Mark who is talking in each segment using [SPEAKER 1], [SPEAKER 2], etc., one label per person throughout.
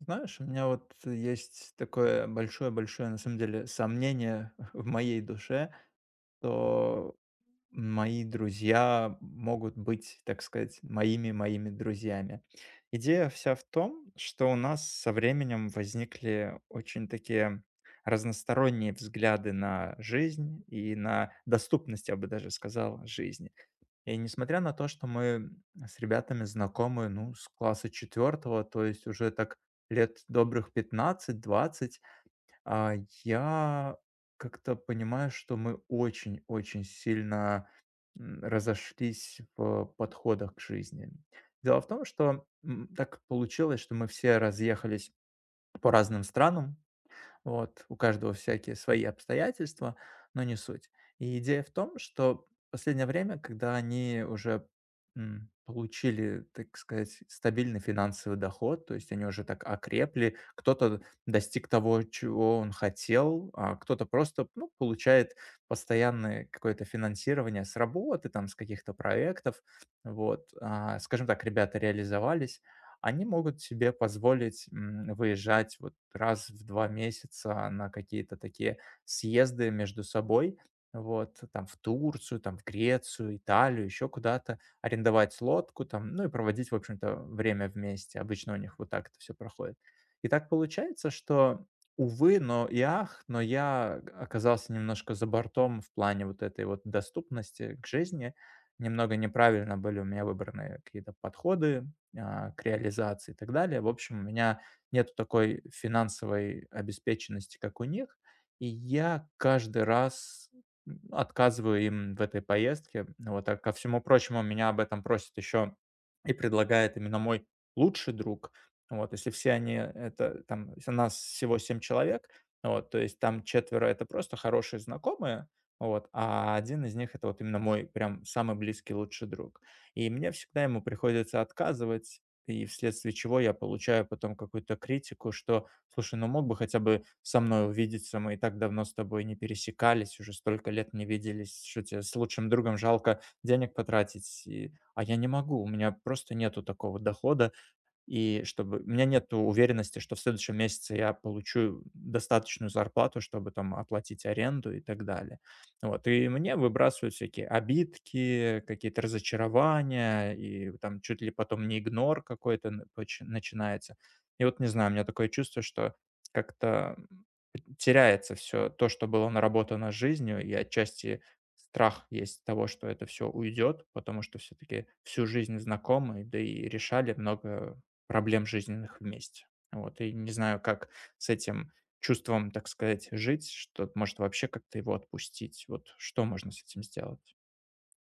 [SPEAKER 1] Знаешь, у меня вот есть такое большое-большое, на самом деле, сомнение в моей душе, что мои друзья могут быть, так сказать, моими-моими друзьями. Идея вся в том, что у нас со временем возникли очень такие разносторонние взгляды на жизнь и на доступность, я бы даже сказал, жизни. И несмотря на то, что мы с ребятами знакомы, ну, с класса четвертого, то есть уже так лет добрых 15-20, а, я как-то понимаю, что мы очень-очень сильно разошлись в подходах к жизни. Дело в том, что так получилось, что мы все разъехались по разным странам, вот. У каждого всякие свои обстоятельства, но не суть. И идея в том, что в последнее время, когда они уже получили, так сказать, стабильный финансовый доход, то есть они уже так окрепли, кто-то достиг того, чего он хотел, а кто-то просто ну, получает постоянное какое-то финансирование с работы, там, с каких-то проектов, вот, скажем так, ребята реализовались, они могут себе позволить, выезжать вот раз в 2 месяца на какие-то такие съезды между собой. Вот, там в Турцию, там в Грецию, Италию, еще куда-то, арендовать лодку там, ну и проводить, в общем-то, время вместе. Обычно у них вот так это все проходит. И так получается, что, увы, но и ах, но я г оказался немножко за бортом в плане вот этой вот доступности к жизни. Немного неправильно были у меня выбраны какие-то подходы к реализации и так далее. В общем, у меня нету такой финансовой обеспеченности, как у них, и я каждый раз отказываю им в этой поездке. Ну вот, а ко всему прочему, меня об этом просит еще и предлагает именно мой лучший друг. Вот, если все они, это там, у нас всего семь человек, вот, то есть там четверо это просто хорошие знакомые, вот, а один из них это вот именно мой прям самый близкий лучший друг. И мне всегда ему приходится отказывать, и вследствие чего я получаю потом какую-то критику, что, слушай, ну мог бы хотя бы со мной увидеться, мы и так давно с тобой не пересекались, уже столько лет не виделись, что тебе с лучшим другом жалко денег потратить, а я не могу, у меня просто нету такого дохода, и чтобы у меня нет уверенности, что в следующем месяце я получу достаточную зарплату, чтобы там оплатить аренду и так далее. Вот. И мне выбрасывают всякие обидки, какие-то разочарования, и там чуть ли потом не игнор какой-то начинается. И вот не знаю, у меня такое чувство, что как-то теряется все то, что было наработано жизнью, и отчасти страх есть того, что это все уйдет, потому что все-таки всю жизнь знакомы, да и решали много проблем жизненных вместе. Вот, и не знаю, как с этим чувством, так сказать, жить, что может вообще как-то его отпустить. Вот что можно с этим сделать?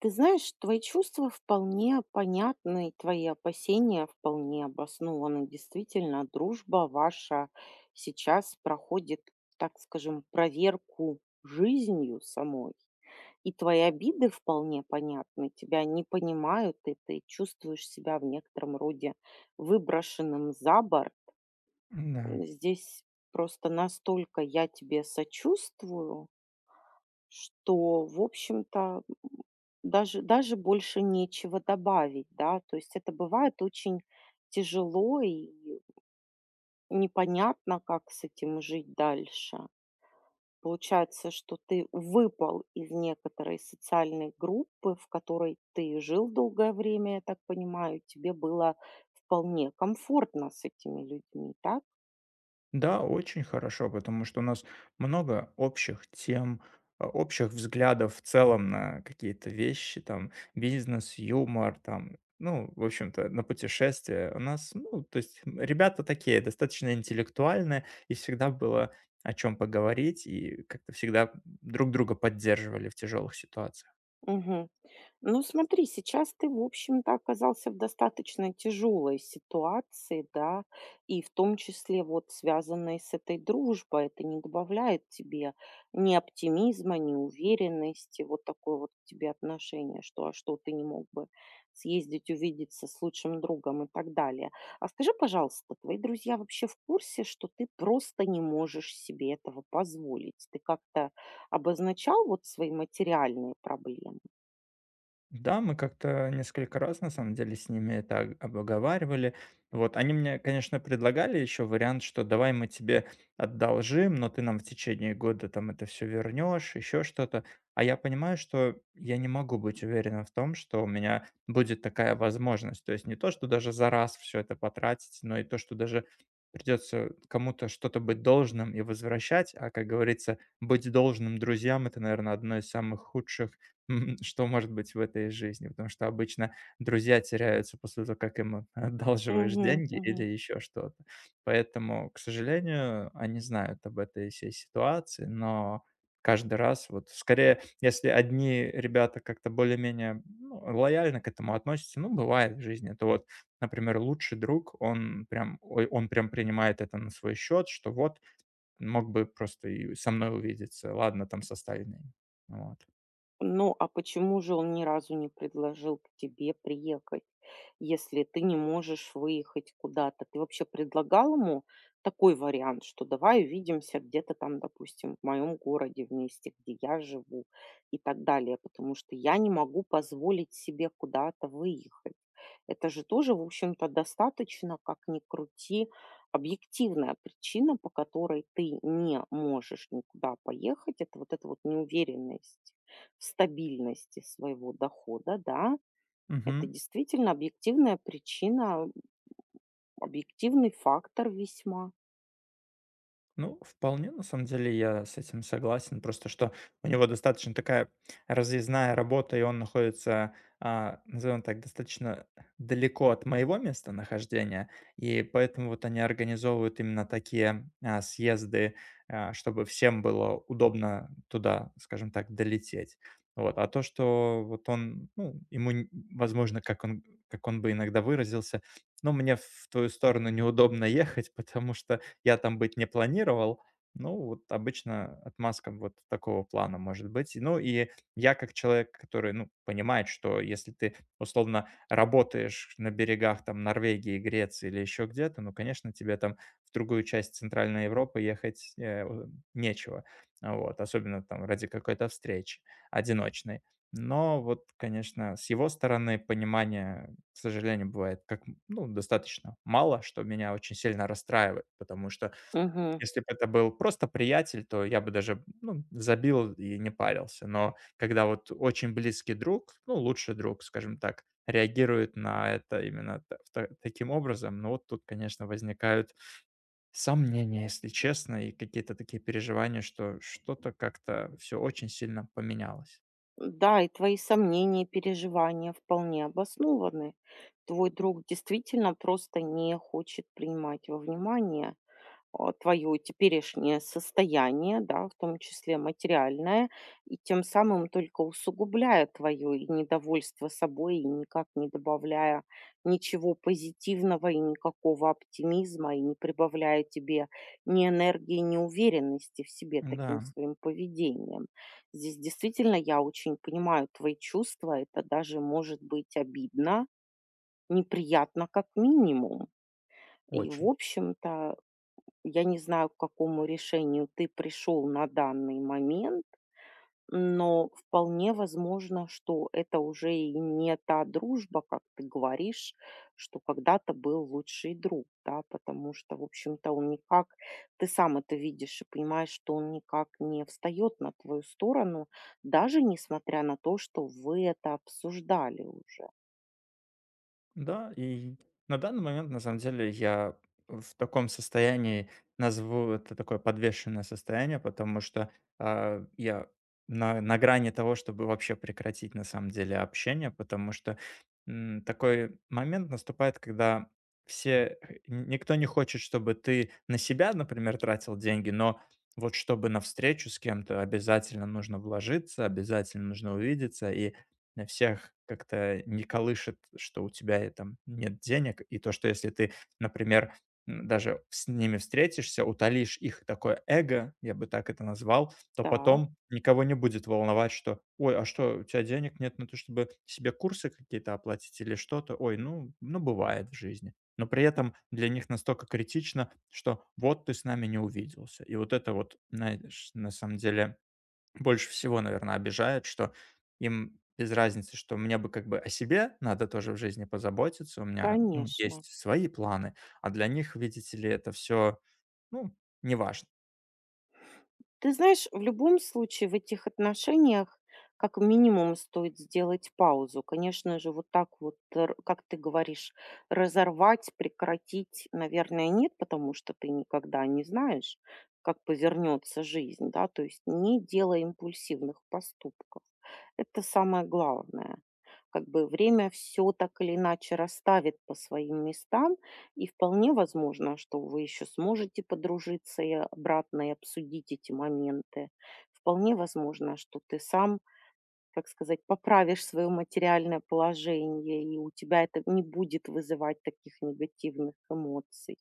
[SPEAKER 2] Ты знаешь, твои чувства вполне понятны, и твои опасения вполне обоснованы. Действительно, дружба ваша сейчас проходит, так скажем, проверку жизнью самой. И твои обиды вполне понятны, тебя не понимают, и ты чувствуешь себя в некотором роде выброшенным за борт.
[SPEAKER 1] Да.
[SPEAKER 2] Здесь просто настолько я тебе сочувствую, что, в общем-то, даже больше нечего добавить, да, то есть это бывает очень тяжело и непонятно, как с этим жить дальше. Получается, что ты выпал из некоторой социальной группы, в которой ты жил долгое время, я так понимаю, тебе было вполне комфортно с этими людьми, так?
[SPEAKER 1] Да, очень хорошо, потому что у нас много общих тем, общих взглядов в целом на какие-то вещи, там, бизнес, юмор, там, ну, в общем-то, на путешествия. У нас, ну, то есть ребята такие, достаточно интеллектуальные, и всегда было о чем поговорить, и как-то всегда друг друга поддерживали в тяжелых ситуациях.
[SPEAKER 2] Мгм. Ну, смотри, сейчас ты, в общем-то, оказался в достаточно тяжелой ситуации, да, и в том числе вот связанной с этой дружбой. Это не добавляет тебе ни оптимизма, ни уверенности, вот такое вот к тебе отношение, что а что ты не мог бы съездить, увидеться с лучшим другом и так далее. А скажи, пожалуйста, твои друзья вообще в курсе, что ты просто не можешь себе этого позволить? Ты как-то обозначал вот свои материальные проблемы?
[SPEAKER 1] Да, мы как-то несколько раз, на самом деле, с ними это обговаривали. Вот, они мне, конечно, предлагали еще вариант, что давай мы тебе одолжим, но ты нам в течение года там это все вернешь, еще что-то. А я понимаю, что я не могу быть уверенным в том, что у меня будет такая возможность. То есть не то, что даже за раз все это потратить, но и то, что даже придется кому-то что-то быть должным и возвращать. А, как говорится, быть должным друзьям — это, наверное, одно из самых худших что может быть в этой жизни? Потому что обычно друзья теряются после того, как им одалживаешь
[SPEAKER 2] Мгм,
[SPEAKER 1] деньги
[SPEAKER 2] мгм.
[SPEAKER 1] или еще что-то. Поэтому, к сожалению, они знают об этой всей ситуации, но каждый раз вот скорее, если одни ребята как-то более-менее ну, лояльно к этому относятся, ну, бывает в жизни, то вот, например, лучший друг, он прям, ой, он прям принимает это на свой счет, что вот мог бы просто и со мной увидеться, ладно, там со остальными. Вот.
[SPEAKER 2] Ну, а почему же он ни разу не предложил к тебе приехать, если ты не можешь выехать куда-то? Ты вообще предлагал ему такой вариант, что давай увидимся где-то там, допустим, в моем городе вместе, где я живу и так далее, потому что я не могу позволить себе куда-то выехать. Это же тоже, в общем-то, достаточно, как ни крути, объективная причина, по которой ты не можешь никуда поехать. Это вот эта вот неуверенность в стабильности своего дохода, да. Это
[SPEAKER 1] Мгм.
[SPEAKER 2] действительно объективная причина, объективный фактор весьма.
[SPEAKER 1] Ну, вполне, на самом деле, я с этим согласен. Просто что у него достаточно такая разъездная работа, и он находится, назовем так, достаточно далеко от моего местонахождения. И поэтому вот они организовывают именно такие съезды, чтобы всем было удобно туда, скажем так, долететь. Вот. А то, что вот он, ну, ему, возможно, как он бы иногда выразился, но мне в твою сторону неудобно ехать, потому что я там быть не планировал. Ну, вот обычно отмазка вот такого плана может быть. Ну, и я как человек, который, ну, понимает, что если ты, условно, работаешь на берегах там Норвегии, Греции или еще где-то, ну, конечно, тебе там в другую часть Центральной Европы ехать нечего. А вот, особенно там ради какой-то встречи одиночной. Но вот, конечно, с его стороны понимание к сожалению, бывает как, ну, достаточно мало, что меня очень сильно расстраивает, потому что
[SPEAKER 2] Мгм.
[SPEAKER 1] если бы это был просто приятель, то я бы даже, ну, забил и не парился. Но когда вот очень близкий друг, ну, лучший друг, скажем так, реагирует на это именно таким образом, ну, вот тут, конечно, возникают сомнения, если честно, и какие-то такие переживания, что что-то как-то все очень сильно поменялось.
[SPEAKER 2] Да, и твои сомнения, и переживания вполне обоснованы. Твой друг действительно просто не хочет принимать во внимание твое теперешнее состояние, да, в том числе материальное, и тем самым только усугубляя твое и недовольство собой, и никак не добавляя ничего позитивного и никакого оптимизма, и не прибавляя тебе ни энергии, ни уверенности в себе таким
[SPEAKER 1] Да,
[SPEAKER 2] своим поведением. Здесь действительно я очень понимаю твои чувства, это даже может быть обидно, неприятно как минимум. И, в
[SPEAKER 1] очень.
[SPEAKER 2] общем-то, я не знаю, к какому решению ты пришел на данный момент, но вполне возможно, что это уже и не та дружба, как ты говоришь, что когда-то был лучший друг, да, потому что, в общем-то, он никак, ты сам это видишь и понимаешь, что он никак не встает на твою сторону, даже несмотря на то, что вы это обсуждали уже.
[SPEAKER 1] Да, и на данный момент, на самом деле, я в таком состоянии, назову это такое подвешенное состояние, потому что я на грани того, чтобы вообще прекратить, на самом деле, общение, потому что такой момент наступает, когда все, никто не хочет, чтобы ты на себя, например, тратил деньги, но вот чтобы на встречу с кем-то обязательно нужно вложиться, обязательно нужно увидеться, и на всех как-то не колышет, что у тебя и там нет денег, и то, что если ты, например, даже с ними встретишься, утолишь их такое эго, я бы так это назвал, то
[SPEAKER 2] Так,
[SPEAKER 1] потом никого не будет волновать, что, ой, а что, у тебя денег нет на то, чтобы себе курсы какие-то оплатить или что-то, ой, ну, бывает в жизни. Но при этом для них настолько критично, что вот ты с нами не увиделся. И вот это вот, знаешь, на самом деле больше всего, наверное, обижает, что им без разницы, что мне бы как бы о себе надо тоже в жизни позаботиться, у меня, ну,
[SPEAKER 2] конечно.
[SPEAKER 1] есть свои планы, а для них, видите ли, это все, ну, неважно.
[SPEAKER 2] Ты знаешь, в любом случае в этих отношениях как минимум стоит сделать паузу. Конечно же, вот так вот, как ты говоришь, разорвать, прекратить, наверное, нет, потому что ты никогда не знаешь, как повернется жизнь, да, то есть не делай импульсивных поступков. Это самое главное. Как бы время все так или иначе расставит по своим местам, и вполне возможно, что вы еще сможете подружиться и обратно, и обсудить эти моменты. Вполне возможно, что ты сам, как сказать, поправишь свое материальное положение, и у тебя это не будет вызывать таких негативных эмоций.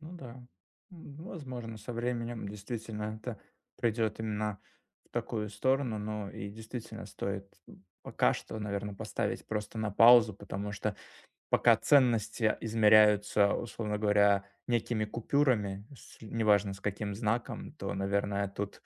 [SPEAKER 1] Ну да, возможно, со временем действительно это придет именно в такую сторону, ну и действительно стоит пока что, наверное, поставить просто на паузу, потому что пока ценности измеряются, условно говоря, некими купюрами, с неважно с каким знаком, то, наверное, тут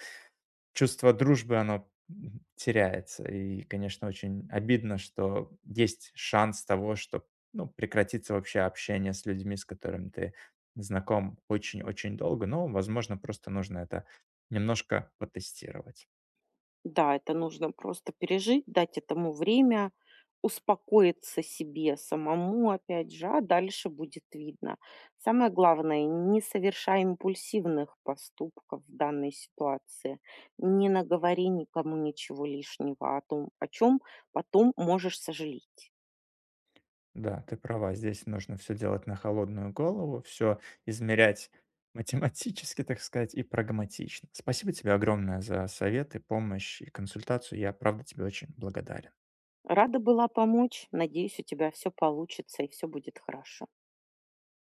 [SPEAKER 1] чувство дружбы, оно теряется. И, конечно, очень обидно, что есть шанс того, что ну, прекратится вообще общение с людьми, с которыми ты знаком очень-очень долго. Но, возможно, просто нужно это немножко потестировать.
[SPEAKER 2] Да, это нужно просто пережить, дать этому время, успокоиться себе самому, опять же, а дальше будет видно. Самое главное, не совершай импульсивных поступков в данной ситуации, не наговори никому ничего лишнего о том, о чем потом можешь сожалеть.
[SPEAKER 1] Да, ты права, здесь нужно все делать на холодную голову, все измерять математически, так сказать, и прагматично. Спасибо тебе огромное за советы, помощь и консультацию. Я, правда, тебе очень благодарен.
[SPEAKER 2] Рада была помочь, надеюсь, у тебя все получится и все будет хорошо.